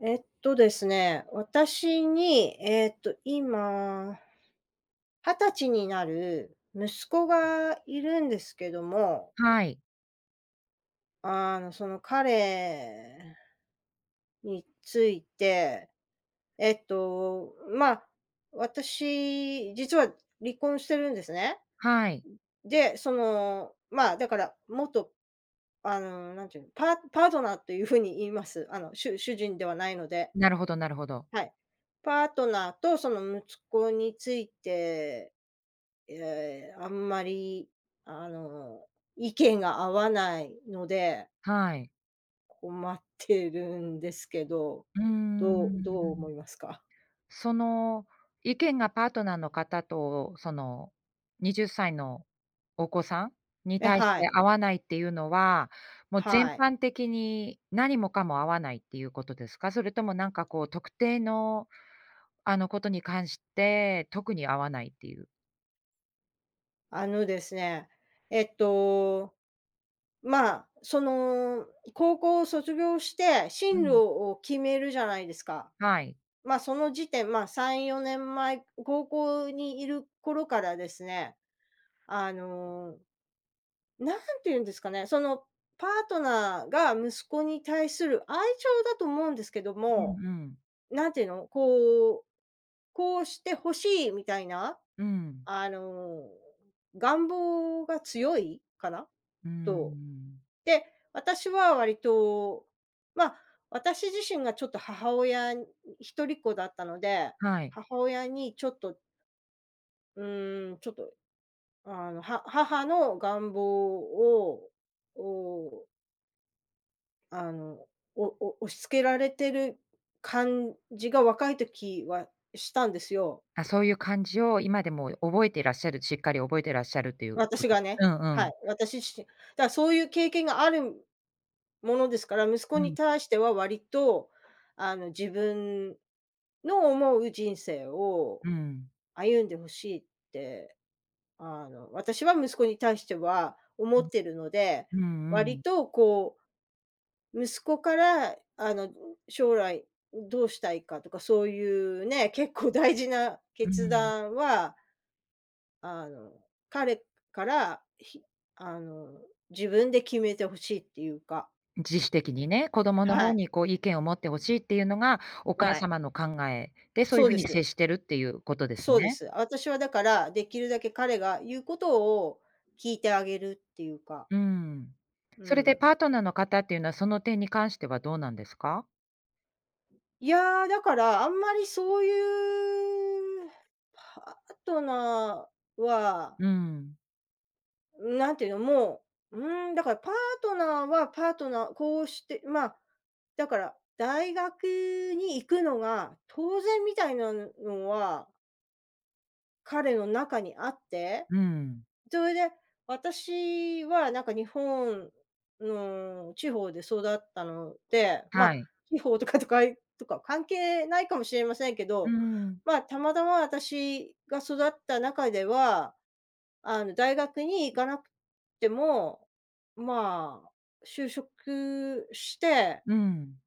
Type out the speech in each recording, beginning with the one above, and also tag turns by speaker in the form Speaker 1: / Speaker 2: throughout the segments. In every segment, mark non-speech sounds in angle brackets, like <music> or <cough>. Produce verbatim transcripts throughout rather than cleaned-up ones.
Speaker 1: えっとですね、私に、えっと、今、はたちになる息子がいるんですけども、
Speaker 2: はい。
Speaker 1: あの、その彼について、えっと、まあ、私、実は離婚してるんですね。
Speaker 2: はい。
Speaker 1: で、その、まあ、だから、元、あの、なんていうの、パーパートナーというふうに言います。あの、主主人ではないので。
Speaker 2: なるほどなるほど。
Speaker 1: はい。パートナーとその息子について、えーあんまり、あの、意見が合わないので、
Speaker 2: はい。
Speaker 1: 困ってるんですけど、
Speaker 2: うー
Speaker 1: どうどう
Speaker 2: ん。
Speaker 1: 思いますか？
Speaker 2: その、意見がパートナーの方と、その、はたちのお子さんに
Speaker 1: え、
Speaker 2: 対し
Speaker 1: は
Speaker 2: て
Speaker 1: い。
Speaker 2: 合わないっていうのは、もう全
Speaker 1: はい。
Speaker 2: 般的に何もかも合わないっていうことですか？それともなんかこう特定の、あの、ことに関して、特に合わないっていう。
Speaker 1: あのですね、えっと、まあ、その、高校を卒業して
Speaker 2: う
Speaker 1: 進路
Speaker 2: ん。
Speaker 1: を決めるじゃないですか。
Speaker 2: はい。
Speaker 1: まあ、その時点、まあ、さん、よねんまえ、高校にいる頃からですね、あの、何て言うんですかね、その、パートナーが息子に対する愛情だと思うんですけど
Speaker 2: う
Speaker 1: も、
Speaker 2: んうん。
Speaker 1: 何ていうの、こう、こうしてほしいみたいな、
Speaker 2: うん。
Speaker 1: あの、願望が強いかな
Speaker 2: うー
Speaker 1: と。
Speaker 2: ん。
Speaker 1: で、私は割と、ま、あ私自身がちょっと母親に一人っ子だったので、
Speaker 2: はい。
Speaker 1: 母親にちょっと、うーん、ちょっとあの、は母の願望を、を、あの、おお押し付けられてる感じが若い時はしたんですよ。
Speaker 2: あ、そういう感じを今でも覚えていらっしゃる、しっかり覚えてらっしゃるっていうこ
Speaker 1: 私
Speaker 2: と、
Speaker 1: がね。
Speaker 2: うんう
Speaker 1: は
Speaker 2: ん。
Speaker 1: い、私自身。だからそういう経験があるものですから、息
Speaker 2: う
Speaker 1: 子
Speaker 2: んう
Speaker 1: に
Speaker 2: ん。
Speaker 1: 対しては割と、あの、自分の思う人生を
Speaker 2: うん
Speaker 1: 歩んでほしい、あの、私は息子に対しては思ってるので、
Speaker 2: う
Speaker 1: 割
Speaker 2: ん。
Speaker 1: とこう息子から、あの、将来どうしたいかとか、そういうね、結構大事な
Speaker 2: う
Speaker 1: 決
Speaker 2: ん。
Speaker 1: 断は、あの、彼から、ひあの、自分で決めてほしいっていうか、
Speaker 2: 自主的にね、子供の
Speaker 1: は
Speaker 2: 方
Speaker 1: い、
Speaker 2: にこう意見を持って欲しいっていうのがお母
Speaker 1: はい。
Speaker 2: 様の考えで、そうい
Speaker 1: そ
Speaker 2: う
Speaker 1: う
Speaker 2: 風
Speaker 1: で
Speaker 2: に
Speaker 1: す。
Speaker 2: 接してるっていうことです
Speaker 1: そうで
Speaker 2: ね。
Speaker 1: す。私はだから、できるだけ彼が言うことを聞いてあげるっていうか、
Speaker 2: うん。
Speaker 1: う
Speaker 2: それでパ
Speaker 1: ん。
Speaker 2: ートナーの方っていうのはその点に関してはどうなんですか？
Speaker 1: いやー、だからあんまりそういうパートナーは
Speaker 2: うん。
Speaker 1: なんていうの、もう、うーん、だからパートナーはパートナー、こうして、まあ、だから大学に行くのが当然みたいなのは彼の中にあって、
Speaker 2: うん。
Speaker 1: それで私はなんか日本の地方で育ったので、ま
Speaker 2: は
Speaker 1: あ、
Speaker 2: い。
Speaker 1: 地方とか都会とか関係ないかもしれませんけ
Speaker 2: う
Speaker 1: ど、
Speaker 2: ん。
Speaker 1: まあ、たまたま私が育った中ではあの、大学に行かなくても、まあ、就職して、
Speaker 2: うん。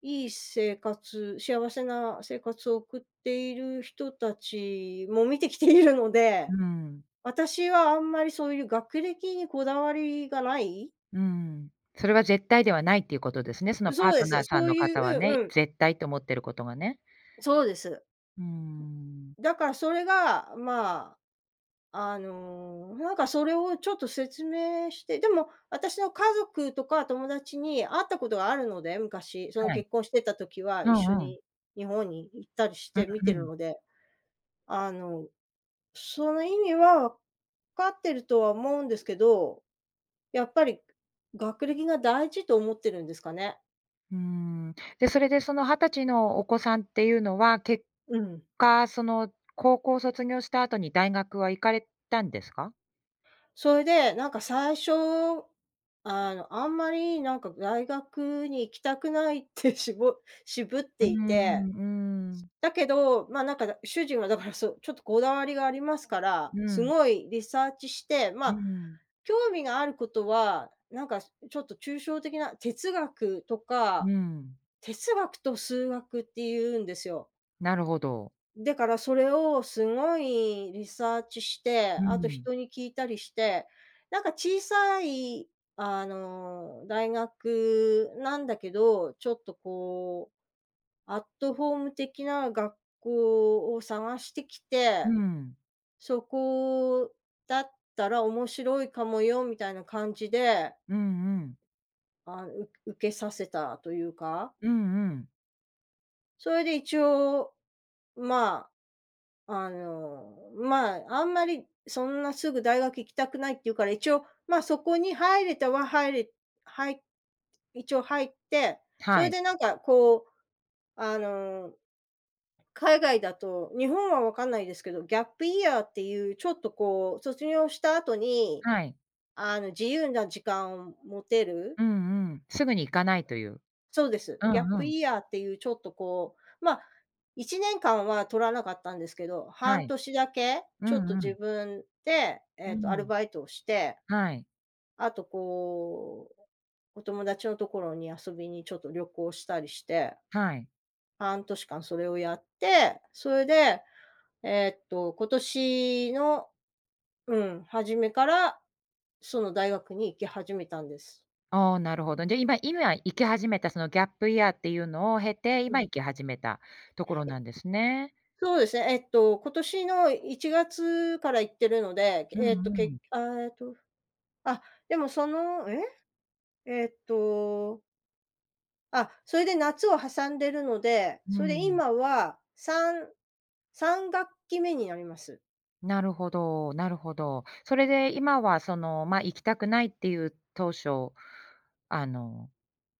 Speaker 1: いい生活、幸せな生活を送っている人たちも見てきているので、
Speaker 2: うん。
Speaker 1: 私はあんまりそういう学歴にこだわりがない。
Speaker 2: うん。それは絶対ではないっていうことですね。そのパ
Speaker 1: そ
Speaker 2: ー
Speaker 1: うで
Speaker 2: トナ
Speaker 1: す。
Speaker 2: ーさ
Speaker 1: そ
Speaker 2: ん
Speaker 1: う
Speaker 2: の
Speaker 1: い
Speaker 2: 方は
Speaker 1: う、う
Speaker 2: ね、
Speaker 1: んうん。
Speaker 2: 絶対と思ってることがね。
Speaker 1: そうです。
Speaker 2: うーん。
Speaker 1: だからそれが、まああの、なんかそれをちょっと説明して、でも私の家族とか友達に会ったことがあるので、昔、その
Speaker 2: はい。
Speaker 1: 結婚してた時は
Speaker 2: う
Speaker 1: 一緒
Speaker 2: んうん。
Speaker 1: に日本に行ったりし
Speaker 2: う
Speaker 1: て見
Speaker 2: ん
Speaker 1: て
Speaker 2: う
Speaker 1: る
Speaker 2: ん。
Speaker 1: ので、あの、その意味は分かってるとは思うんですけど、やっぱり学歴が大事と思ってるんですかね。
Speaker 2: うーん。で、それでそのはたちのお子さんっていうのは、結
Speaker 1: うん。
Speaker 2: 果、その高校卒業した後に大学は行かれたんですか？
Speaker 1: それで、なんか最初、あの、あんまりなんか大学に行きたくないって <laughs> しぼ渋っ
Speaker 2: う
Speaker 1: て
Speaker 2: ー
Speaker 1: いて、
Speaker 2: ん、うん、
Speaker 1: だけど、まあ、なんか主人はだからそう、ちょっとこだわりがありますから、
Speaker 2: う
Speaker 1: す
Speaker 2: ん、
Speaker 1: ごいリサーチして、ま
Speaker 2: う
Speaker 1: あ、
Speaker 2: ん、
Speaker 1: 興味があることは、なんかちょっと抽象的な哲学と
Speaker 2: う
Speaker 1: か、
Speaker 2: ん。
Speaker 1: 哲学と数学って言うんですよ。
Speaker 2: なるほど。
Speaker 1: だからそれをすごいリサーチし
Speaker 2: う
Speaker 1: て、
Speaker 2: ん、
Speaker 1: あと
Speaker 2: うん、
Speaker 1: 人に聞いたりして、なんか小さい、あの、大学なんだけど、ちょっとこうアットホーム的な学校を探してき
Speaker 2: う
Speaker 1: て、
Speaker 2: ん
Speaker 1: そこだったら面白いかもよみたいな感じで、
Speaker 2: うん、
Speaker 1: あ、う受けさせたというか、
Speaker 2: うんうん。
Speaker 1: それで一応、まあ、あの、まあ、あんまりそんなすぐ大学行きたくないっていうから、一応、まあ、そこに入れたは入れはい、一応入って、そ
Speaker 2: は
Speaker 1: れ
Speaker 2: い、
Speaker 1: でなんかこう、あの海外だと、日本はわかんないですけど、ギャップイヤーっていうちょっとこう、卒業した後に、
Speaker 2: はい。
Speaker 1: あの、自由な時間を持てる。
Speaker 2: うんうん。すぐに行かないという。
Speaker 1: そうです。
Speaker 2: う
Speaker 1: ギ
Speaker 2: ん
Speaker 1: ャッ
Speaker 2: う
Speaker 1: プ
Speaker 2: ん。
Speaker 1: イヤーっていうちょっとこう、ま、あいちねんかんは取らなかったんですけど、
Speaker 2: は
Speaker 1: 半
Speaker 2: い。
Speaker 1: 年だけ
Speaker 2: う
Speaker 1: ちょっと
Speaker 2: んう
Speaker 1: 自
Speaker 2: ん。
Speaker 1: 分で、え
Speaker 2: う
Speaker 1: っと、アル
Speaker 2: ん。
Speaker 1: バイトをして、
Speaker 2: はい。
Speaker 1: あとこう、お友達のところに遊びにちょっと旅行したりして
Speaker 2: はい。
Speaker 1: 半年間それをやって、それで、えーっと、今年の、うん、初めから、その大学に行き始めたんです。
Speaker 2: ああ、なるほど。じゃ、今今行き始めた、そのギャップイヤーっていうのを経て、
Speaker 1: う
Speaker 2: 今
Speaker 1: ん。
Speaker 2: 行き始めたところ
Speaker 1: え、
Speaker 2: なんですね。
Speaker 1: そうですね、えっと、今年のいちがつから行ってるので、
Speaker 2: う
Speaker 1: えっと、
Speaker 2: んう
Speaker 1: け
Speaker 2: ん。
Speaker 1: あ、えっと、あ、でもそのえ？えっと、あ、それで夏を挟んでるので、
Speaker 2: う
Speaker 1: それで
Speaker 2: ん。
Speaker 1: 今はさん、さんがっきめ学期目になります。
Speaker 2: なるほどなるほど。それで今はその、ま、行きたくないっていう当初、あの、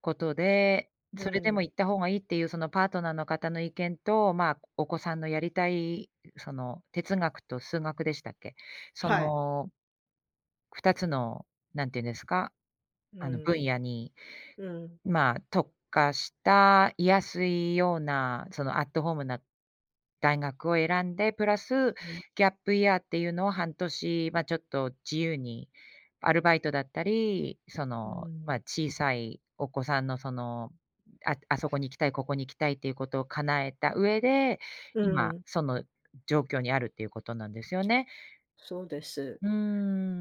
Speaker 2: ことで、
Speaker 1: う
Speaker 2: それでも
Speaker 1: ん。
Speaker 2: 行った方がいいっていうそのパートナーの方の意見と、ま、お子さんのやりたい、その哲学と数学でしたっけ？そ
Speaker 1: はい。
Speaker 2: のふたつの、なんていうんですか、
Speaker 1: う
Speaker 2: あの、
Speaker 1: ん。
Speaker 2: 分野に、
Speaker 1: うん。
Speaker 2: まあ、特化した居やすいような、その、アットホームな大学を選んで、プラス
Speaker 1: うん。
Speaker 2: ギャップイヤーっていうのを半年、ま、ちょっと自由にアルバイトだったり、そ
Speaker 1: う
Speaker 2: の、ま、
Speaker 1: ん。
Speaker 2: 小さいお子さんの、その、ああそこに行きたい、ここに行きたいっていうことを叶えた上で、
Speaker 1: う
Speaker 2: 今、
Speaker 1: ん、
Speaker 2: その状況にあるっていうことなんですよね。
Speaker 1: そうです。
Speaker 2: うー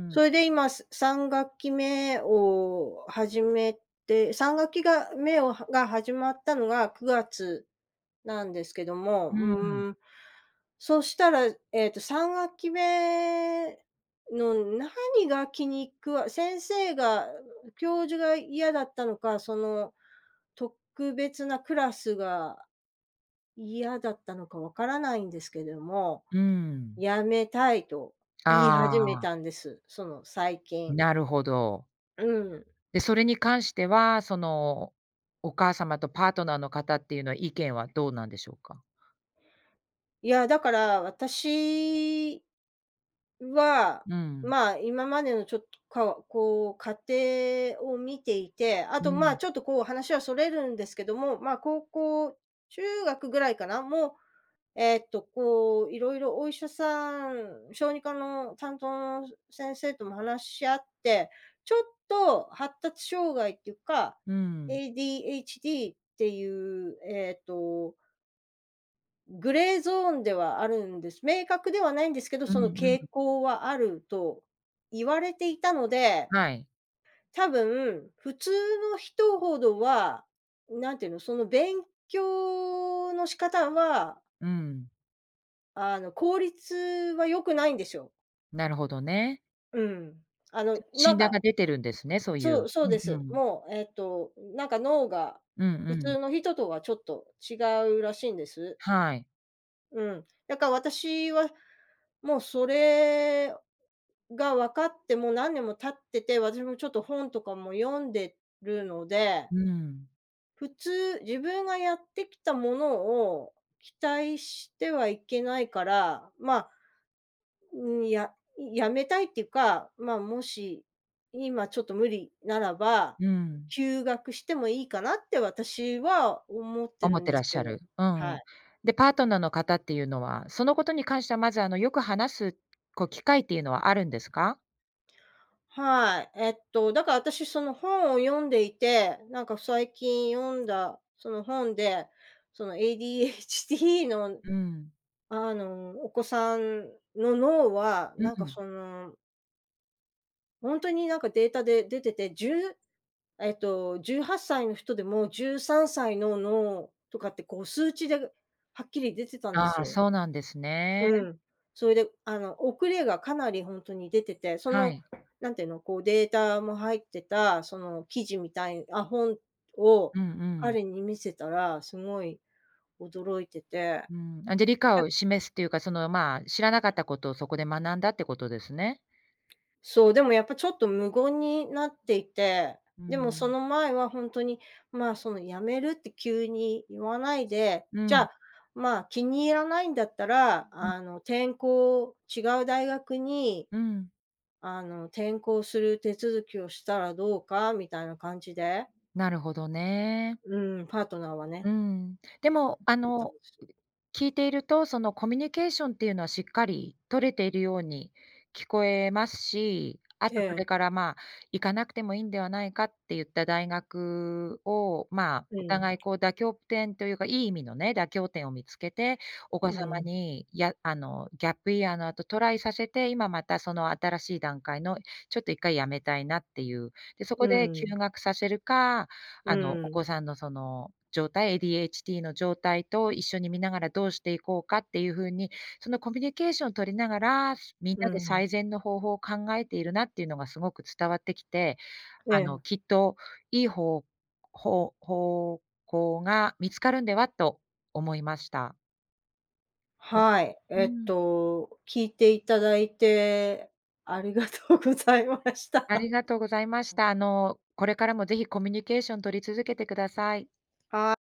Speaker 1: そ
Speaker 2: ん。
Speaker 1: れで今、すさん学期目を始めて、三学期が目をが始まったのがくがつなんですけども、う
Speaker 2: うん、
Speaker 1: ーん、そしたら、えっと、さんがっきめ学期目の何が気に食わ先生が、教授が嫌だったのか、その、特別なクラスが嫌だったのかわからないんですけども、
Speaker 2: うん。
Speaker 1: やめたいと言い始め
Speaker 2: ああ、
Speaker 1: たんです。その最近。
Speaker 2: なるほど。
Speaker 1: うん。
Speaker 2: で、それに関しては、その、お母様とパートナーの方っていうのは意見はどうなんでしょうか？
Speaker 1: いや、だから私は、
Speaker 2: うん。
Speaker 1: まあ、今までのちょっと、かこう、過程を見ていて、あ
Speaker 2: う
Speaker 1: と、まあ、
Speaker 2: ん。
Speaker 1: ちょっとこう話はそれるんですけども、まあ、高校、中学ぐらいかな、もうえーっと、こう、いろいろお医者さん、小児科の担当の先生とも話し合って、ちょっと発達障害っていうか、
Speaker 2: うん。
Speaker 1: エーディーエイチディー っていう、えーっと、グレーゾーンではあるんです。明確ではないんですけど、
Speaker 2: うん
Speaker 1: その
Speaker 2: うん。
Speaker 1: 傾向はあると言われていたので、
Speaker 2: はい。
Speaker 1: 多分普通の人ほどは、なんていうの、その勉強の仕方は
Speaker 2: うん。
Speaker 1: あの、効率は良くないんですよ。
Speaker 2: なるほどね。
Speaker 1: うん。あの、なん
Speaker 2: 診断が
Speaker 1: か
Speaker 2: 出てるんですね、そうい
Speaker 1: そ
Speaker 2: う。
Speaker 1: うそう
Speaker 2: う
Speaker 1: で
Speaker 2: んう
Speaker 1: す。
Speaker 2: ん。
Speaker 1: もう、えっと、なんか脳が
Speaker 2: うんう
Speaker 1: 普通
Speaker 2: ん。
Speaker 1: の人とはちょっと違うらしいんです。
Speaker 2: はい。
Speaker 1: うん。だから私は、もうそれが分かってもう何年も経ってて、私もちょっと本とかも読んでるので、
Speaker 2: うん。
Speaker 1: 普通、自分がやってきたものを期待してはいけないから、まうん、ややめたいっていうか、まあ、もし、今ちょっと無理ならば、
Speaker 2: うん。
Speaker 1: 休学してもいいかなって私は思って
Speaker 2: 思
Speaker 1: る
Speaker 2: っ
Speaker 1: ん
Speaker 2: て
Speaker 1: で
Speaker 2: らっ
Speaker 1: す
Speaker 2: し
Speaker 1: け
Speaker 2: ゃ
Speaker 1: ど。
Speaker 2: る。う
Speaker 1: は
Speaker 2: ん。
Speaker 1: い。
Speaker 2: で、パートナーの方っていうのは、そのことに関してはまず、あの、よく話す、こう、機会っていうのはあるんですか？
Speaker 1: はい。えっと、だから私その本を読んでいて、なんか最近読んだその本で、その エーディーエイチディー の
Speaker 2: うん。
Speaker 1: あの、お子さんの脳は、
Speaker 2: う
Speaker 1: なんか
Speaker 2: ん。
Speaker 1: その、本当になんかデータで出てて、じゅうえっと、じゅうはっさいの人でもじゅうさんさいの脳とかって、こう、数値ではっきり出てたんです
Speaker 2: ああ、
Speaker 1: よ。
Speaker 2: そうなんですね。
Speaker 1: うん。それで、あの、遅れがかなりほんとに出てて、そ
Speaker 2: は
Speaker 1: の、
Speaker 2: い。
Speaker 1: なんていうの、こう、データも入ってた、その記事みたい、あ、本を
Speaker 2: うんうん。
Speaker 1: 彼に見せたら、すごい驚いてて。
Speaker 2: うん。あ、じゃ、理解を示すっていうか、その、まあ、知らなかったことをそこで学んだってことですね。
Speaker 1: そう、でもやっぱちょっと無言になっていて、
Speaker 2: う
Speaker 1: でもそ
Speaker 2: ん。
Speaker 1: の前はほんとに、まあ、その辞めるって急に言わないで、
Speaker 2: う
Speaker 1: じゃ
Speaker 2: ん。
Speaker 1: あ、まあ、気に入らないんだったら、
Speaker 2: うん。
Speaker 1: あの、転校違う大学に、
Speaker 2: うん。
Speaker 1: あの、転校する手続きをしたらどうかみたいな感じで、
Speaker 2: なるほどね。
Speaker 1: うん、パートナーはね、
Speaker 2: うん。でも、あ
Speaker 1: 言ったん
Speaker 2: の
Speaker 1: ですよ。
Speaker 2: 聞いていると、そのコミュニケーションっていうのはしっかり取れているように聞こえますし、あ
Speaker 1: え
Speaker 2: とそ
Speaker 1: え、
Speaker 2: れから、まあ、行かなくてもいいんではないかって言った大学を、まあ、
Speaker 1: う
Speaker 2: お
Speaker 1: ん、
Speaker 2: 互いこう妥協点というか、いい意味のね、妥協点を見つけて、お子
Speaker 1: う
Speaker 2: 様
Speaker 1: ん、
Speaker 2: に、やあの、ギャップイヤーの後トライさせて、今またその新しい段階のちょっと一回やめたいなっていう。で、そ
Speaker 1: う
Speaker 2: こで休
Speaker 1: ん、
Speaker 2: 学させるか、
Speaker 1: う
Speaker 2: あの、お子
Speaker 1: ん、
Speaker 2: さんのその状態、エーディーエイチディー の状態と一緒に見ながらどうしていこうかっていう風に、そのコミュニケーションを取りながら、みん
Speaker 1: う
Speaker 2: なで
Speaker 1: ん、
Speaker 2: 最善の方法を考えているなっていうのがすごく伝わってきて、
Speaker 1: え
Speaker 2: あの、
Speaker 1: え。
Speaker 2: きっといいほうほう方向が見つかるんではと思いました。こ
Speaker 1: はい、
Speaker 2: う
Speaker 1: えっ
Speaker 2: ん、
Speaker 1: と、聞いていただいてありがとうございまし
Speaker 2: あり
Speaker 1: た。
Speaker 2: がとうございました。あの、これからもぜひコミュニケーション取り続けてください。
Speaker 1: <laughs> はい。